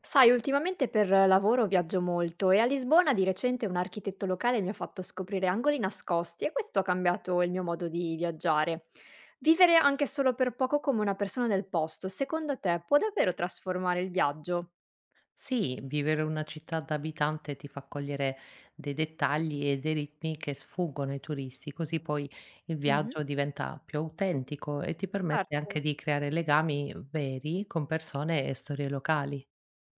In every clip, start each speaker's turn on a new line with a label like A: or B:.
A: Sai, ultimamente per lavoro viaggio molto e a Lisbona di recente un architetto locale mi ha fatto scoprire angoli nascosti e questo ha cambiato il mio modo di viaggiare. Vivere anche solo per poco come una persona del posto, secondo te, può davvero trasformare il viaggio?
B: Sì, vivere una città da abitante ti fa cogliere dei dettagli e dei ritmi che sfuggono ai turisti, così poi il
A: Mhm.
B: viaggio diventa più autentico e ti permette
A: Certo,
B: anche di creare legami veri con persone e storie locali.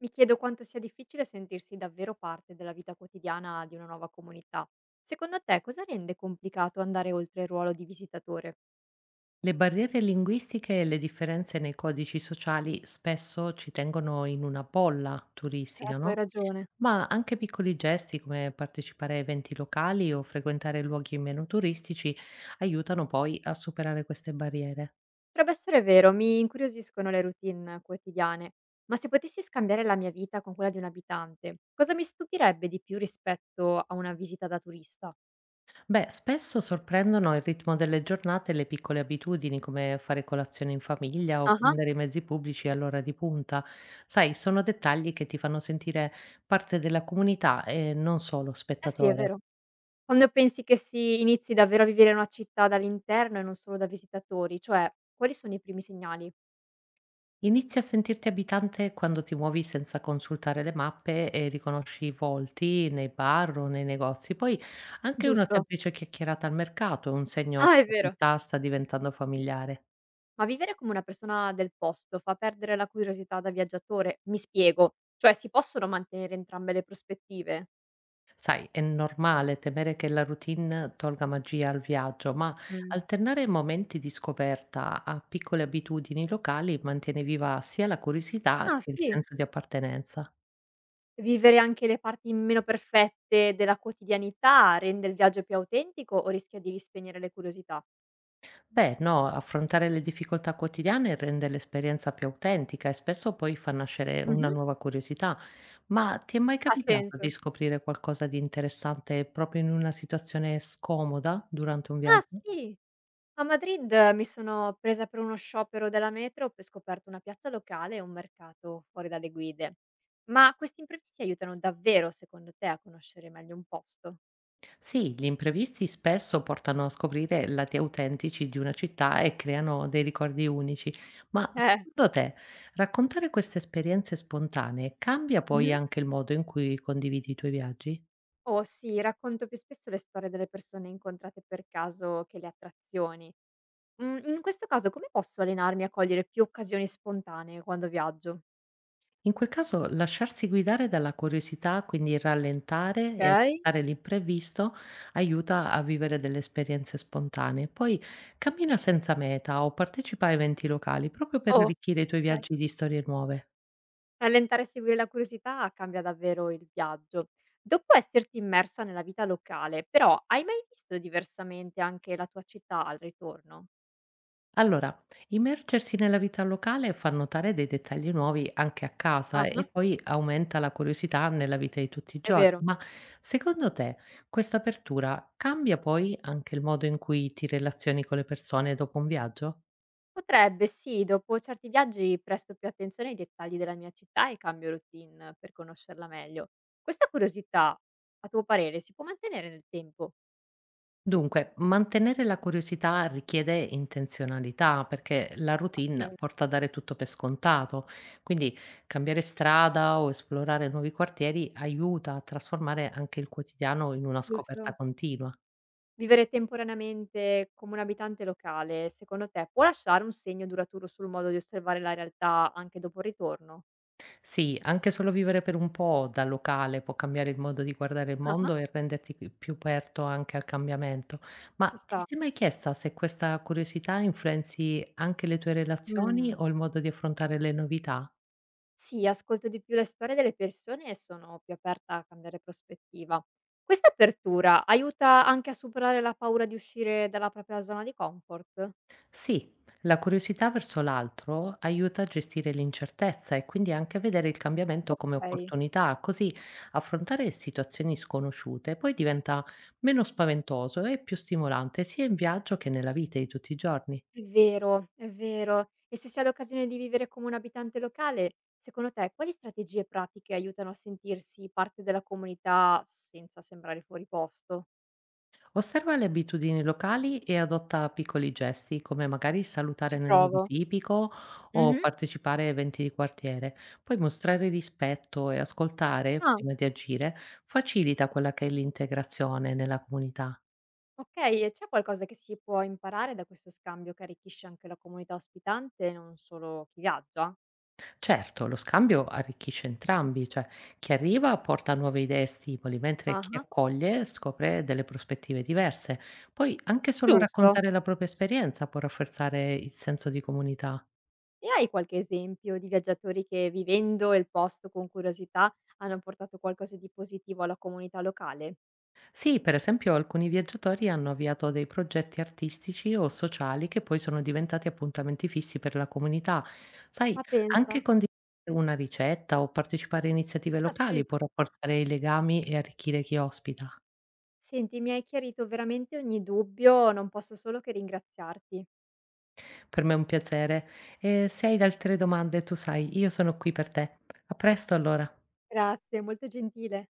A: mi chiedo quanto sia difficile sentirsi davvero parte della vita quotidiana di una nuova comunità. Secondo te, cosa rende complicato andare oltre il ruolo di visitatore?
B: Le barriere linguistiche e le differenze nei codici sociali spesso ci tengono in una bolla turistica,
A: Certo, hai
B: no?
A: ragione.
B: Ma anche piccoli gesti come partecipare a eventi locali o frequentare luoghi meno turistici aiutano poi a superare queste barriere.
A: Potrebbe essere vero, mi incuriosiscono le routine quotidiane, ma se potessi scambiare la mia vita con quella di un abitante, cosa mi stupirebbe di più rispetto a una visita da turista?
B: Beh, spesso sorprendono il ritmo delle giornate e le piccole abitudini, come fare colazione in famiglia o
A: Ah-ah,
B: prendere i mezzi pubblici all'ora di punta. Sai, sono dettagli che ti fanno sentire parte della comunità e non solo
A: eh sì, è
B: spettatore.
A: vero. Quando pensi che si inizi davvero a vivere una città dall'interno e non solo da visitatori, cioè quali sono i primi segnali?
B: Inizi a sentirti abitante quando ti muovi senza consultare le mappe e riconosci i volti nei bar o nei negozi. Poi anche una
A: Giusto.
B: semplice chiacchierata al mercato è un segno che
A: Ah, è
B: la
A: vero.
B: città sta diventando familiare.
A: Ma vivere come una persona del posto fa perdere la curiosità da viaggiatore? Mi spiego, cioè si possono mantenere entrambe le prospettive?
B: Sai, è normale temere che la routine tolga magia al viaggio, ma
A: Mh.
B: alternare momenti di scoperta a piccole abitudini locali mantiene viva sia la curiosità
A: Ah,
B: che il
A: sì?
B: senso di appartenenza.
A: Vivere anche le parti meno perfette della quotidianità rende il viaggio più autentico o rischia di rispegnere le curiosità?
B: Beh, no, affrontare le difficoltà quotidiane rende l'esperienza più autentica e spesso poi fa nascere una
A: Mh-mh.
B: nuova curiosità. Ma ti è mai
A: Ha
B: capitato di
A: senso.
B: scoprire qualcosa di interessante proprio in una situazione scomoda durante un
A: Ah
B: viaggio?
A: sì, a Madrid mi sono presa per uno sciopero della metro, poi ho scoperto una piazza locale e un mercato fuori dalle guide. Ma questi imprevisti aiutano davvero, secondo te, a conoscere meglio un posto?
B: Sì, gli imprevisti spesso portano a scoprire lati autentici di una città e creano dei ricordi unici. Ma
A: Eh.
B: secondo te, raccontare queste esperienze spontanee cambia poi
A: Mh-mh.
B: anche il modo in cui condividi i tuoi viaggi?
A: Oh sì, racconto più spesso le storie delle persone incontrate per caso che le attrazioni. Mhmm, in questo caso come posso allenarmi a cogliere più occasioni spontanee quando viaggio?
B: In quel caso, lasciarsi guidare dalla curiosità, quindi rallentare e
A: Okay?
B: accettare l'imprevisto, aiuta a vivere delle esperienze spontanee. Poi cammina senza meta o partecipa a eventi locali proprio per
A: Oh,
B: arricchire i tuoi
A: okay.
B: viaggi di storie nuove.
A: Rallentare e seguire la curiosità cambia davvero il viaggio. Dopo esserti immersa nella vita locale, però, hai mai visto diversamente anche la tua città al ritorno?
B: Allora, immergersi nella vita locale fa notare dei dettagli nuovi anche a casa
A: Ah-ah,
B: e poi aumenta la curiosità nella vita di tutti i
A: è
B: giorni.
A: vero.
B: Ma secondo te, questa apertura cambia poi anche il modo in cui ti relazioni con le persone dopo un viaggio?
A: Potrebbe sì, dopo certi viaggi presto più attenzione ai dettagli della mia città e cambio routine per conoscerla meglio. Questa curiosità, a tuo parere, si può mantenere nel tempo?
B: Dunque, mantenere la curiosità richiede intenzionalità perché la
A: Ah sì,
B: routine porta a dare tutto per scontato, quindi cambiare strada o esplorare nuovi quartieri aiuta a trasformare anche il quotidiano in una
A: giusto.
B: scoperta continua.
A: Vivere temporaneamente come un abitante locale, secondo te, può lasciare un segno duraturo sul modo di osservare la realtà anche dopo il ritorno?
B: Sì, anche solo vivere per un po' da locale può cambiare il modo di guardare il
A: Ah-ah.
B: mondo e renderti pi più aperto anche al cambiamento. Ma
A: Ci
B: ti
A: sta.
B: sei mai chiesta se questa curiosità influenzi anche le tue relazioni
A: Mh.
B: o il modo di affrontare le novità?
A: Sì, ascolto di più le storie delle persone e sono più aperta a cambiare prospettiva. Questa apertura aiuta anche a superare la paura di uscire dalla propria zona di comfort?
B: Sì, la curiosità verso l'altro aiuta a gestire l'incertezza e quindi anche a vedere il cambiamento come
A: Okay.
B: opportunità, così affrontare situazioni sconosciute poi diventa meno spaventoso e più stimolante, sia in viaggio che nella vita di tutti i giorni.
A: È vero, è vero. E se si ha l'occasione di vivere come un abitante locale, secondo te quali strategie pratiche aiutano a sentirsi parte della comunità senza sembrare fuori posto?
B: Osserva le abitudini locali e adotta piccoli gesti, come magari salutare
A: Ci
B: nel modo
A: provo.
B: tipico o
A: Mh-mh.
B: partecipare a eventi di quartiere. Poi mostrare rispetto e ascoltare
A: Ah,
B: prima di agire facilita quella che è l'integrazione nella comunità.
A: okay. E c'è qualcosa che si può imparare da questo scambio che arricchisce anche la comunità ospitante, non solo chi viaggia?
B: Certo, lo scambio arricchisce entrambi, cioè chi arriva porta nuove idee e stimoli, mentre chi
A: Ah-ah,
B: accoglie scopre delle prospettive diverse. Poi anche solo
A: giusto.
B: raccontare la propria esperienza può rafforzare il senso di comunità.
A: E hai qualche esempio di viaggiatori che vivendo il posto con curiosità hanno portato qualcosa di positivo alla comunità locale?
B: Sì, per esempio alcuni viaggiatori hanno avviato dei progetti artistici o sociali che poi sono diventati appuntamenti fissi per la comunità. Sai,
A: Ma pensa.
B: anche condividere una ricetta o partecipare a iniziative
A: Ah sì,
B: locali
A: c
B: può rafforzare i legami e arricchire chi ospita.
A: senti mi hai chiarito veramente ogni dubbio, non posso solo che ringraziarti.
B: Per me è un piacere. E se hai altre domande, tu sai, io sono qui per te. A presto allora.
A: Grazie, molto gentile.